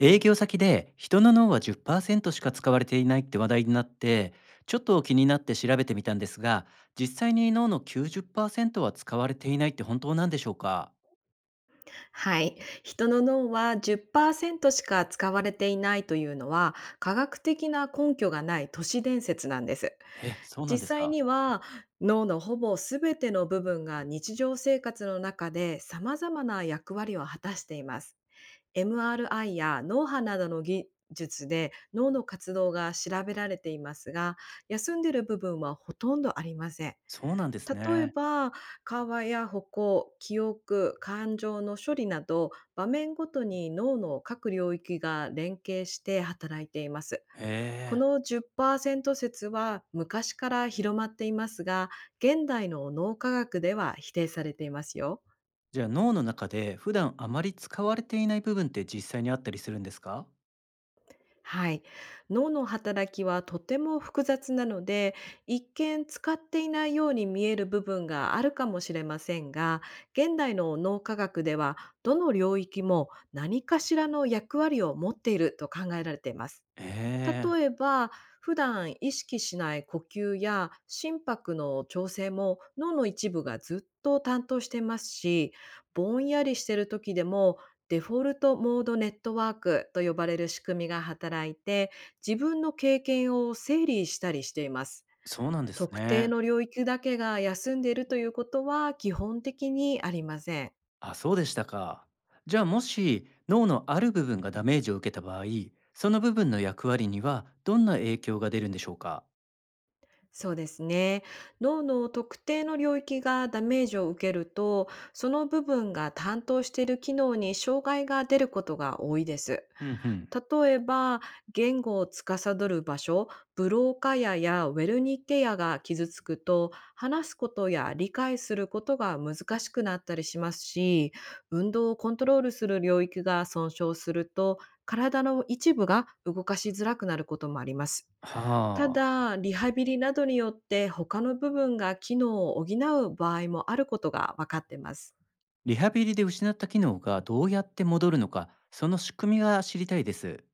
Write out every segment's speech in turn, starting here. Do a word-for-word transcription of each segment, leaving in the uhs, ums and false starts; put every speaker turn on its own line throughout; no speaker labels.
営業先で人の脳はじっパーセントしか使われていないって話題になって、ちょっと気になって調べてみたんですが、実際に脳のきゅうじゅっパーセントは使われていないって本当なんでしょうか？
はい。人の脳はじゅっパーセントしか使われていないというのは科学的な根拠がない都市伝説なんです。
え、そうな
実
んです
際
か？
には脳のほぼ全ての部分が日常生活の中で様々な役割を果たしています。エムアールアイ や脳波などの技術で脳の活動が調べられていますが、休んでいる部分はほとんどありません。
そうなんです
例え
ね。
ば、会話や歩行、記憶、感情の処理など、場面ごとに脳の各領域が連携して働いています。
へ
こ
え。
のじゅっパーセント説は昔から広まっていますが、現代の脳科学では否定されていますよ。
じゃあ、脳の中で普段あまり使われていない部分って実際にあったりするんですか？
はい。脳の働きはとても複雑なので、一見使っていないように見える部分があるかもしれませんが、現代の脳科学では、どの領域も何かしらの役割を持っていると考えられています。
へえ。
例えば、普段意識しない呼吸や心拍の調整も脳の一部がずっと担当してますし、ぼんやりしてる時でもデフォルトモードネットワークと呼ばれる仕組みが働いて、自分の経験を整理したりしています。
そうなんです
特定
ね。
の領域だけが休んでいるということは基本的にありません。
あ、そうでしたか。じゃあ、もし脳のある部分がダメージを受けた場合、その部分の役割にはどんな影響が出るんでしょうか？
そうですね。脳の特定の領域がダメージを受けると、その部分が担当している機能に障害が出ることが多いです。
ふんふん。
例えば、言語を司る場所、ブローカヤやウェルニッケヤが傷つくと、話すことや理解することが難しくなったりしますし、運動をコントロールする領域が損傷すると、体の一部が動かしづらくなることもあります。た
はあ。
だ、リハビリなどによって他の部分が機能を補う場合もあることが分かってます。
リハビリで失った機能がどうやって戻るのか、その仕組みが知りたいです。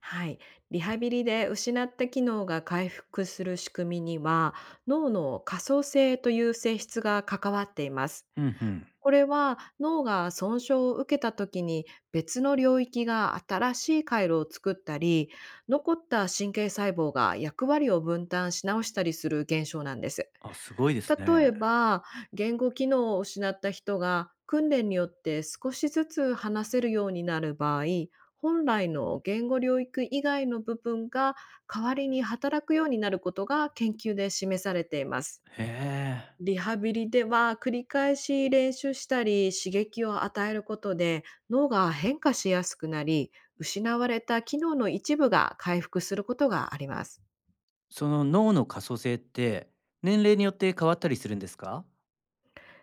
はい。リハビリで失った機能が回復する仕組みには、脳の可塑性という性質が関わっています。
ふんふん。
これは脳が損傷を受けた時に、別の領域が新しい回路を作ったり、残った神経細胞が役割を分担し直したりする現象なんです。
あ、すごいです
例
ね。
えば、言語機能を失った人が訓練によって少しずつ話せるようになる場合、本来の言語領域以外の部分が代わりに働くようになることが研究で示されています。
へえ。
リハビリでは繰り返し練習したり刺激を与えることで脳が変化しやすくなり、失われた機能の一部が回復することがあります。
その脳の可塑性って、年齢によって変わったりするんですか？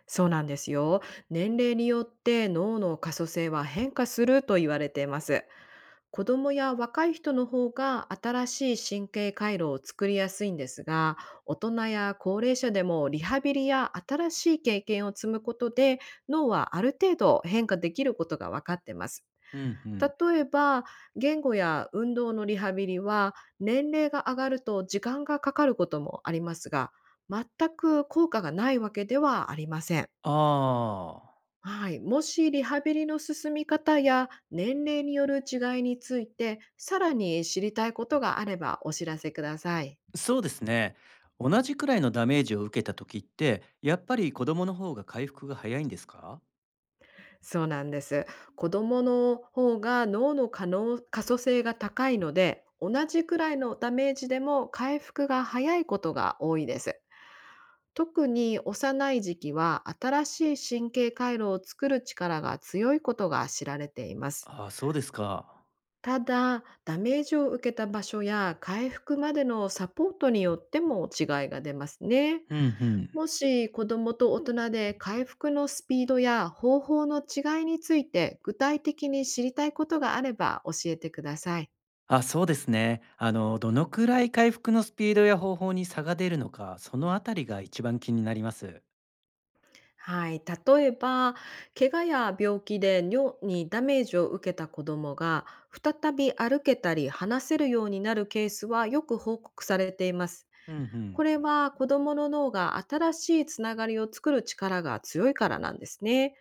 そうなんですよ。年齢によって脳の可塑性は変化すると言われています。子供や若い人の方が新しい神経回路を作りやすいんですが、大人や高齢者でもリハビリや新しい経験を積むことで脳はある程度変化できることが分かってます。
うんうん。
例えば、言語や運動のリハビリは年齢が上がると時間がかかることもありますが、全く効果がないわけではありません。
ああ。
はい、もしリハビリの進み方や年齢による違いについてさらに知りたいことがあればお知らせください。
そうですね。同じくらいのダメージを受けた時って、やっぱり子供の方が回復が早いんですか？
そうなんです。子どもの方が脳の可能可塑性が高いので、同じくらいのダメージでも回復が早いことが多いです。特に幼い時期は新しい神経回路を作る力が強いことが知られています。
ああ、そうですか。
ただ、ダメージを受けた場所や回復までのサポートによっても違いが出ますね。
うんうん。
もし子どもと大人で回復のスピードや方法の違いについて具体的に知りたいことがあれば教えてください。
あ、そうですね。あの、どのくらい回復のスピードや方法に差が出るのか、そのあたりが一番気になります。
はい、例えば、怪我や病気で尿にダメージを受けた子どもが再び歩けたり話せるようになるケースはよく報告されています。
うんうん。
これは子どもの脳が新しいつながりを作る力が強いからなんですね。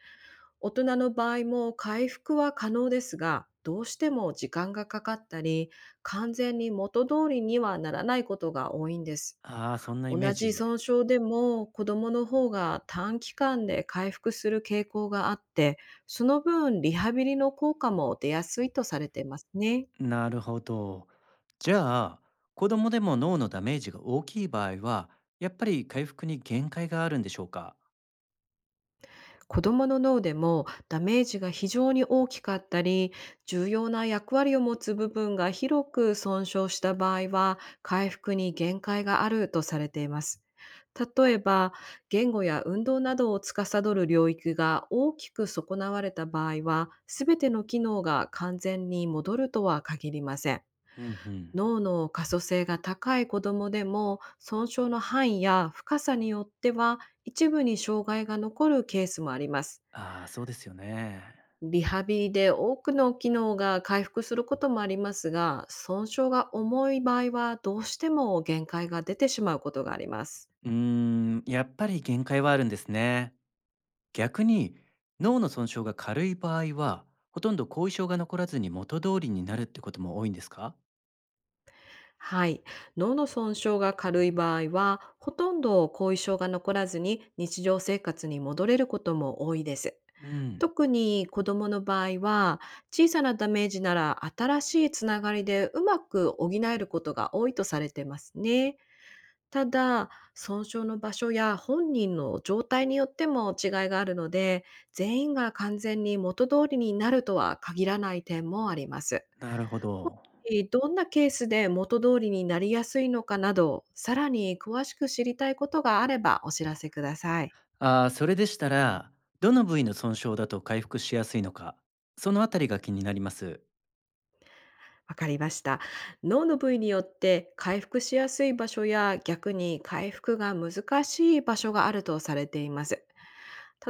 大人の場合も回復は可能ですが、どうしても時間がかかったり、完全に元通りにはならないことが多いんです。
ああ、そんなイメー
同じ
ジ。
損傷でも子どもの方が短期間で回復する傾向があって、その分リハビリの効果も出やすいとされてますね。
なるほど。じゃあ、子供でも脳のダメージが大きい場合は、やっぱり回復に限界があるんでしょうか？
子どもの脳でもダメージが非常に大きかったり、重要な役割を持つ部分が広く損傷した場合は、回復に限界があるとされています。例えば、言語や運動などを司る領域が大きく損なわれた場合は、すべての機能が完全に戻るとは限りません。
うんうん。
脳の可塑性が高い子どもでも、損傷の範囲や深さによっては、一部に障害が残るケースもあります。
ああ、そうですよね。
リハビリで多くの機能が回復することもありますが、損傷が重い場合はどうしても限界が出てしまうことがあります。
うーん、やっぱり限界はあるんですね。逆に脳の損傷が軽い場合は、ほとんど後遺症が残らずに元通りになるってことも多いんですか？
はい。脳の損傷が軽い場合は、ほとんど後遺症が残らずに日常生活に戻れることも多いです。
うん、
特に子供の場合は、小さなダメージなら新しいつながりでうまく補えることが多いとされてますね。ただ、損傷の場所や本人の状態によっても違いがあるので、全員が完全に元通りになるとは限らない点もあります。
なるほど。
えーどんなケースで元通りになりやすいのかなど、さらに詳しく知りたいことがあればお知らせください。
ああ、それでしたら、どの部位の損傷だと回復しやすいのか、そのあたりが気になります。
わかりました。脳の部位によって回復しやすい場所や、逆に回復が難しい場所があるとされています。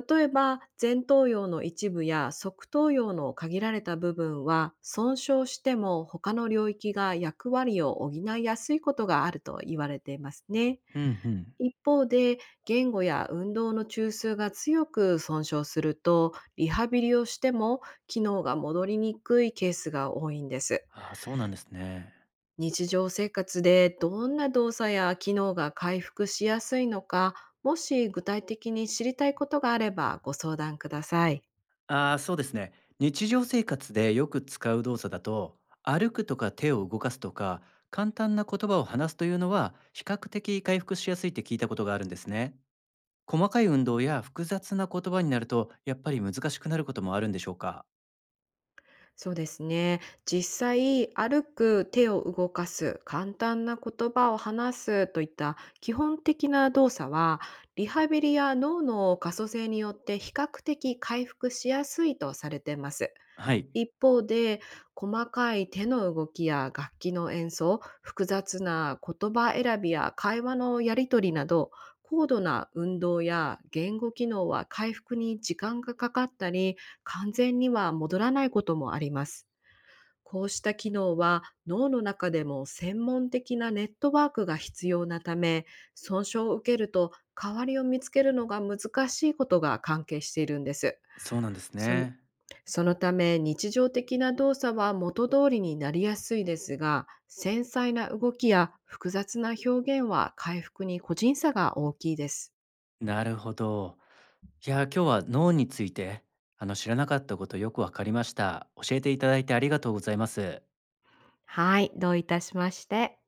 例えば、前頭葉の一部や側頭葉の限られた部分は、損傷しても他の領域が役割を補いやすいことがあると言われていますね。
うんうん。
一方で、言語や運動の中枢が強く損傷すると、リハビリをしても機能が戻りにくいケースが多いんです。
ああ、そうなんですね。
日常生活でどんな動作や機能が回復しやすいのか、もし具体的に知りたいことがあればご相談ください。
ああ、そうですね。日常生活でよく使う動作だと、歩くとか手を動かすとか、簡単な言葉を話すというのは、比較的回復しやすいって聞いたことがあるんですね。細かい運動や複雑な言葉になると、やっぱり難しくなることもあるんでしょうか。
そうですね。実際、歩く、手を動かす、簡単な言葉を話すといった基本的な動作は、リハビリや脳の可塑性によって比較的回復しやすいとされています。
はい、
一方で、細かい手の動きや楽器の演奏、複雑な言葉選びや会話のやり取りなど、高度な運動や言語機能は回復に時間がかかったり、完全には戻らないこともあります。こうした機能は脳の中でも専門的なネットワークが必要なため、損傷を受けると代わりを見つけるのが難しいことが関係しているんです。
そうなんです
そ
ね。
そのため日常的な動作は元通りになりやすいですが、繊細な動きや複雑な表現は回復に個人差が大きいです。
なるほど。いや、今日は脳について、あの、知らなかったことよくわかりました。教えていただいてありがとうございます。
はい、どういたしまして。